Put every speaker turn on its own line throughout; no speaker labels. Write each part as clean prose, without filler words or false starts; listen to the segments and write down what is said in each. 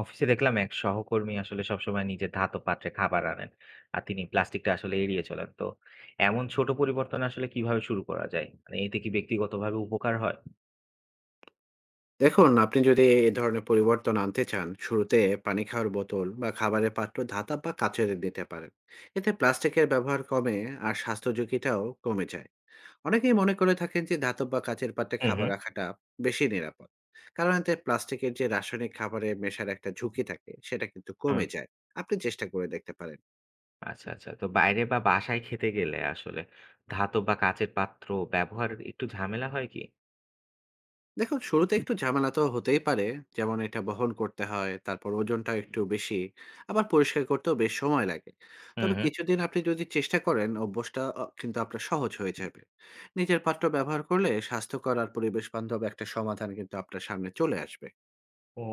অফিসে দেখলাম এক সহকর্মী আসলে সবসময় নিজের ধাতব পাত্রে খাবার আনেন আর তিনি প্লাস্টিকটা আসলে এড়িয়ে চলেন। তো এমন ছোট পরিবর্তন আসলে কিভাবে শুরু করা যায়, মানে এতে কি ব্যক্তিগতভাবে উপকার হয়?
দেখুন, আপনি যদি এ ধরনের পরিবর্তন আনতে চান, শুরুতে পানি খাওয়ার বোতল বা খাবারের পাত্র ধাতব বা কাচের দিতে পারেন। এতে প্লাস্টিকের ব্যবহার কমে আর স্বাস্থ্য ঝুঁকিটাও কমে যায়। অনেকেই মনে করে থাকেন যে ধাতব বা কাচের পাত্রে
হুম,
খাবার
হুম।
রাখাটা বেশি নিরাপদ। কারণ এতে প্লাস্টিকের যে রাসায়নিক খাবারে মেশার একটা ঝুঁকি থাকে, সেটা কিন্তু
হুম।
কমে যায়। আপনি চেষ্টা করে দেখতে পারেন।
আচ্ছা, আচ্ছা। তো বাইরে বা বাসায় খেতে গেলে আসলে ধাতব বা কাচের পাত্র ব্যবহার একটু ঝামেলা হয় কি?
দেখুন, শুরুতে একটু ঝামেলা তো হতেই পারে। যেমন এটা বহন করতে হয়, তারপর ওজনটাও একটু বেশি। আবার পরিষ্কার করতেও বেশ সময় লাগে।
হুম,
তবে
হুম।
কিছুদিন আপনি যদি চেষ্টা করেন অভ্যাসটা কিন্তু আপনার সহজ হয়ে যাবে। নিজের পাত্র ব্যবহার করলে স্বাস্থ্যকর আর পরিবেশ বান্ধব একটা সমাধান কিন্তু আপনার সামনে চলে আসবে।
ও,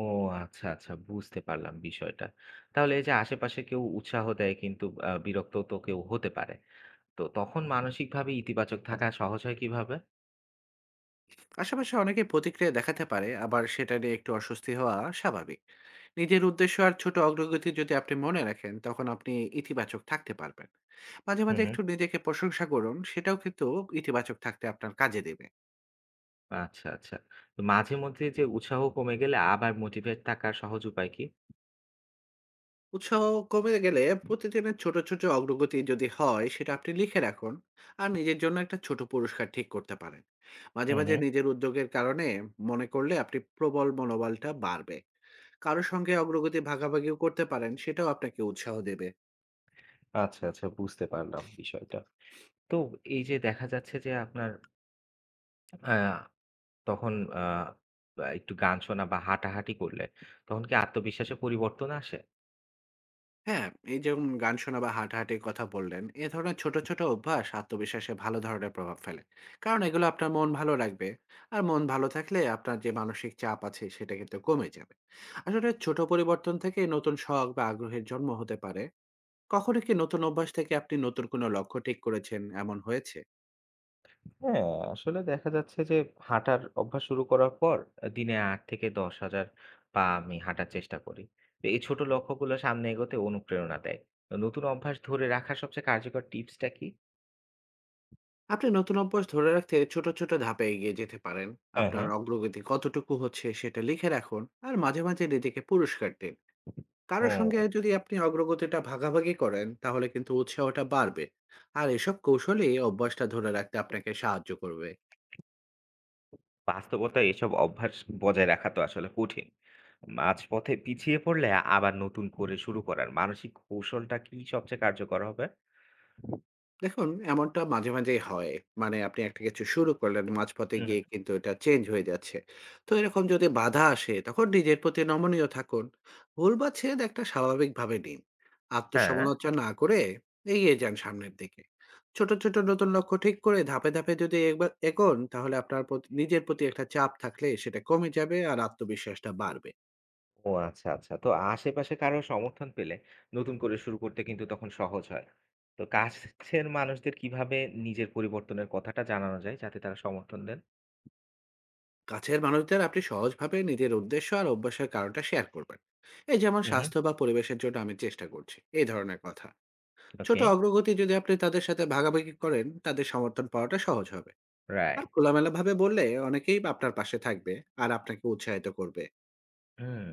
আচ্ছা, আচ্ছা, বুঝতে পারলাম বিষয়টা। তাহলে এই যে আশেপাশে কেউ উৎসাহ দেয়, কিন্তু বিরক্ত তো কেউ হতে পারে। তো তখন মানসিকভাবে ইতিবাচক থাকা সহজ হয় কিভাবে?
আশেপাশে অনেকে প্রতিক্রিয়া দেখাতে পারে, আবার সেটা নিয়ে একটু অস্বস্তি হওয়া স্বাভাবিক। নিজের উদ্দেশ্য আর ছোট অগ্রগতি যদি আপনি মনে রাখেন, তখন আপনি ইতিবাচক থাকতে পারবেন। মাঝে
হুম,
মাঝে
হুম।
একটু নিজেকে প্রশংসা করুন, সেটাও কিন্তু ইতিবাচক থাকতে আপনার কাজে দেবে।
আচ্ছা, আচ্ছা। তো মাঝে মধ্যে যে উৎসাহ কমে গেলে আবার মোটিভেট থাকার সহজ উপায় কি?
উৎসাহ কমে গেলে প্রতিদিনের ছোট ছোট অগ্রগতি যদি হয়, সেটা আপনি লিখে রাখুন। আর নিজের জন্য একটা ছোট পুরস্কার ঠিক করতে পারেন। মাঝে
হুম,
মাঝে
হুম।
নিজের উদ্যোগের কারণে মনে করলে আপনি প্রবল মনোবলটা বাড়বে। কারো সঙ্গে অগ্রগতি ভাগাভাগিও করতে পারেন, সেটাও আপনাকে উৎসাহ দেবে।
আচ্ছা, আচ্ছা, বুঝতে পারলাম বিষয়টা। তো এই যে দেখা যাচ্ছে যে আপনার আ তখন আ আ একটু গান শোনা বা হাঁটাহাঁটি করলে তখন কি আত্মবিশ্বাসে পরিবর্তন আসে?
হ্যাঁ, এই যেমন গান শোনা বা হাঁটাহাঁটির কথা বললেন, এ ধরনের ছোট ছোট অভ্যাস আত্মবিশ্বাসে ভালো ধরনের প্রভাব ফেলে। কারণ এগুলো আপনার মন ভালো রাখবে। আর মন ভালো থাকলে আপনার যে মানসিক চাপ আছে সেটা কিন্তু কমে যাবে। আসলে ছোট পরিবর্তন থেকে নতুন শখ বা আগ্রহের জন্ম হতে পারে। কখনো কি নতুন অভ্যাস থেকে আপনি নতুন কোনো লক্ষ্য ঠিক করেছেন, এমন হয়েছে?
হ্যাঁ, আসলে দেখা যাচ্ছে যে হাঁটার অভ্যাস শুরু করার পর দিনে ৮,000-১০,000 পা আমি হাঁটার চেষ্টা করি। তো এই ছোট লক্ষ্যগুলো সামনে এগোতে অনুপ্রেরণা দেয়। তো নতুন অভ্যাস ধরে রাখার সবচেয়ে কার্যকর টিপসটা কি?
আপনি নতুন অভ্যাস ধরে রাখতে ছোট, ছোট ধাপে এগিয়ে যেতে পারেন।
হ্যাঁ,
আপনার
হ্যাঁ।
অগ্রগতি কতটুকু হচ্ছে সেটা লিখে রাখুন আর মাঝে, মাঝে নিজেকে পুরস্কার দিন। কারো সঙ্গে
ও।
যদি আপনি অগ্রগতিটা ভাগাভাগি করেন, তাহলে কিন্তু উৎসাহটা বাড়বে। আর এসব কৌশলই অভ্যাসটা ধরে রাখতে আপনাকে সাহায্য করবে।
বাস্তবতায় এসব অভ্যাস বজায় রাখা তো আসলে কঠিন। মাঝপথে পিছিয়ে পড়লে আবার নতুন করে শুরু করার মানসিক কৌশলটা কি সবচেয়ে কার্যকর হবে?
দেখুন, এমনটা মাঝে, মাঝেই হয়। মানে আপনি একটা কিছু শুরু করলেন, মাঝপথে
হুম, হুম।
গিয়ে কিন্তু এটা চেঞ্জ হয়ে যাচ্ছে। তো এরকম যদি বাধা আসে, তখন নিজের প্রতি নমনীয় থাকুন। ভুল বা ছেদ একটা স্বাভাবিকভাবে নিন।
হ্যাঁ।
আত্মসমালোচনা না করে এগিয়ে যান সামনের দিকে। ছোট, ছোট নতুন লক্ষ্য ঠিক করে ধাপে, ধাপে যদি একবার এগোন, তাহলে আপনার প্রতি নিজের প্রতি একটা চাপ থাকলে সেটা কমে যাবে আর আত্মবিশ্বাসটা বাড়বে।
ও, আচ্ছা, আচ্ছা। তো আশেপাশে কারো সমর্থন পেলে নতুন করে শুরু করতে কিন্তু তখন সহজ হয়। তো কাছের মানুষদের কিভাবে নিজের পরিবর্তনের কথাটা জানানো যায় যাতে তারা সমর্থন দেন?
কাছের মানুষদের আপনি সহজভাবে নিজের উদ্দেশ্য আর অভ্যাসের কারণটা শেয়ার করবেন। এই যেমন
হুম, হুম।
স্বাস্থ্য বা পরিবেশের জন্য আমি চেষ্টা করছি, এই ধরনের কথা। ছোট
ওকে।
অগ্রগতি যদি আপনি তাদের সাথে ভাগাভাগি করেন, তাদের সমর্থন পাওয়াটা সহজ হবে। আর
রাইট।
খোলামেলাভাবে বললে অনেকেই আপনার পাশে থাকবে আর আপনাকে উৎসাহিত করবে।
হুম।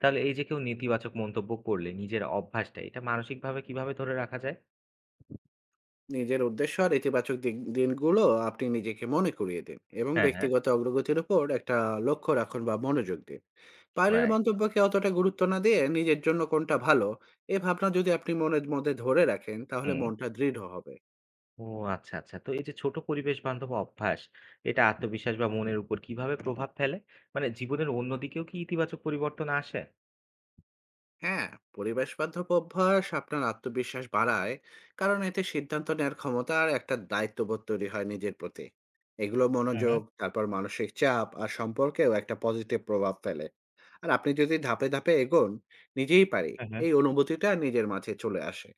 তাহলে এই যে কেউ নেতিবাচক মন্তব্য করলে নিজের অভ্যাসটা এটা মানসিকভাবে কিভাবে ধরে রাখা যায়?
নিজের উদ্দেশ্য আর ইতিবাচক দিনগুলো আপনি নিজেকে মনে করিয়ে দিন, এবং
হ্যাঁ, হ্যাঁ।
ব্যক্তিগত অগ্রগতির উপর একটা লক্ষ্য রাখুন বা মনোযোগ দিন। বাইরের
রাইট।
মন্তব্যকে অতটা গুরুত্ব না দিয়ে নিজের জন্য কোনটা ভালো, এ ভাবনা যদি আপনি মনের মধ্যে ধরে রাখেন, তাহলে
হুম।
মনটা দৃঢ় হবে।
ও, আচ্ছা, আচ্ছা। তো এই যে ছোট পরিবেশ বান্ধব অভ্যাস, এটা আত্মবিশ্বাস বা মনের উপর কিভাবে প্রভাব ফেলে? মানে জীবনের অন্য দিকেও কি ইতিবাচক পরিবর্তন আসে?
হ্যাঁ, পরিবেশ বান্ধব অভ্যাস আপনার আত্মবিশ্বাস বাড়ায়। কারণ এতে সিদ্ধান্ত নেওয়ার ক্ষমতা আর একটা দায়িত্ববোধ তৈরি হয় নিজের প্রতি। এগুলো
হুম, হুম।
মনোযোগ, তারপর মানসিক চাপ আর সম্পর্কেও একটা পজিটিভ প্রভাব ফেলে। আর আপনি যদি ধাপে ধাপে এগোন, নিজেই পারি
হুম, হুম।
এই অনুভূতিটা নিজের মাঝে চলে আসে।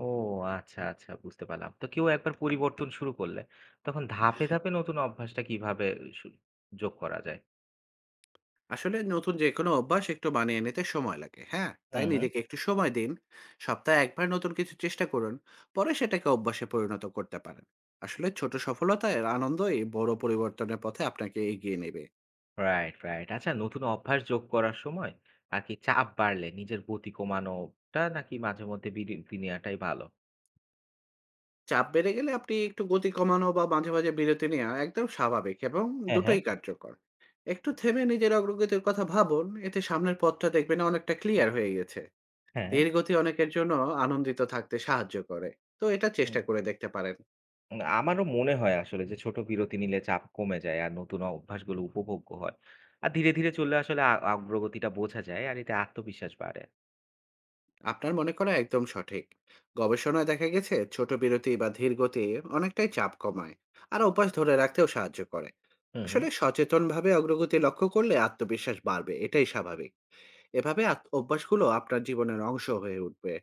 ও, আচ্ছা, আচ্ছা, বুঝতে পারলাম। তো কেউ একবার পরিবর্তন শুরু করলে তখন ধাপে, ধাপে নতুন অভ্যাসটা কিভাবে সু যোগ করা যায়?
আসলে নতুন যে কোনো অভ্যাস একটু মানিয়ে নিতে সময় লাগে, হ্যাঁ, তাই
হুম, হুম।
নিজেকে একটু সময় দিন। সপ্তাহে একবার নতুন কিছু চেষ্টা করুন, পরে সেটাকে অভ্যাসে পরিণত করতে পারেন। আসলে ছোট সফলতা এর আনন্দই বড় পরিবর্তনের পথে আপনাকে এগিয়ে নেবে।
Right, right. আচ্ছা, নতুন অভ্যাস যোগ করার সময় আর কি চাপ বাড়লে নিজের গতি কমানোটা নাকি মাঝে মধ্যে বিরতি নেওয়াটাই ভালো?
চাপ বেড়ে গেলে আপনি একটু গতি কমানো বা মাঝে মাঝে বিরতি নেওয়া একদম স্বাভাবিক, এবং
হ্যাঁ, হ্যাঁ।
দুটোই কার্যকর। একটু থেমে নিজের অগ্রগতির কথা ভাবুন, এতে সামনের পথটা দেখবেন অনেকটা ক্লিয়ার হয়ে গেছে।
হ্যাঁ।
ধীর গতি অনেকের জন্য আনন্দিত থাকতে সাহায্য করে। তো এটা চেষ্টা করে দেখতে পারেন।
আমারও মনে হয় আসলে যে ছোট বিরতি নিলে চাপ কমে যায় আর নতুন অভ্যাসগুলো উপভোগ্য হয়। আর ধীরে, ধীরে চললে আসলে অগ্রগতিটা বোঝা যায় আর এতে আত্মবিশ্বাস বাড়ে।
আপনার মনে করা একদম সঠিক। গবেষণায় দেখা গেছে ছোট বিরতি বা ধীর গতি অনেকটাই চাপ কমায় আর অভ্যাস ধরে রাখতেও সাহায্য করে।
হুম, হুম।
আসলে সচেতনভাবে অগ্রগতি লক্ষ্য করলে আত্মবিশ্বাস বাড়বে, এটাই স্বাভাবিক। এভাবে অভ্যাসগুলো আপনার জীবনের অংশ হয়ে উঠবে।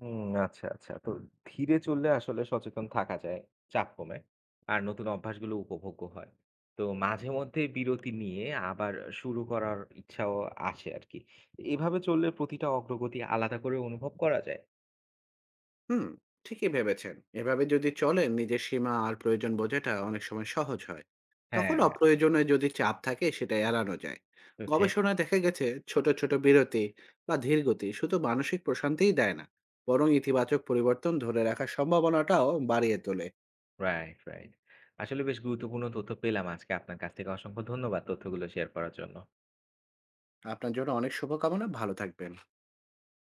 হুম, আচ্ছা, আচ্ছা। তো ধীরে চললে আসলে সচেতন থাকা যায়। চাপ কমে। আর নতুন অভ্যাসগুলো উপভোগ্য হয়। তো মাঝে মধ্যে বিরতি নিয়ে আবার শুরু করার ইচ্ছাও আসে আরকি। এভাবে চললে প্রতিটা অগ্রগতি আলাদা করে অনুভব করা যায়।
হুম, ঠিকই ভেবেছেন। এভাবে যদি চলেন নিজের সীমা আর প্রয়োজন বোঝাটা অনেক সময় সহজ হয়।
হ্যাঁ,
তখন
হ্যাঁ।
অপ্রয়োজনে যদি চাপ থাকে সেটা এড়ানো যায়।
ওকে।
গবেষণায় দেখা গেছে ছোট ছোট বিরতি বা ধীর গতি শুধু মানসিক প্রশান্তিই দেয় না, বরং ইতিবাচক পরিবর্তন ধরে রাখার সম্ভাবনাটাও বাড়িয়ে তোলে।
Right, right. আসলে বেশ গুরুত্বপূর্ণ তথ্য পেলাম আজকে আপনার কাছ থেকে। অসংখ্য ধন্যবাদ তথ্যগুলো শেয়ার করার জন্য।
আপনার জন্য অনেক শুভকামনা, ভালো থাকবেন।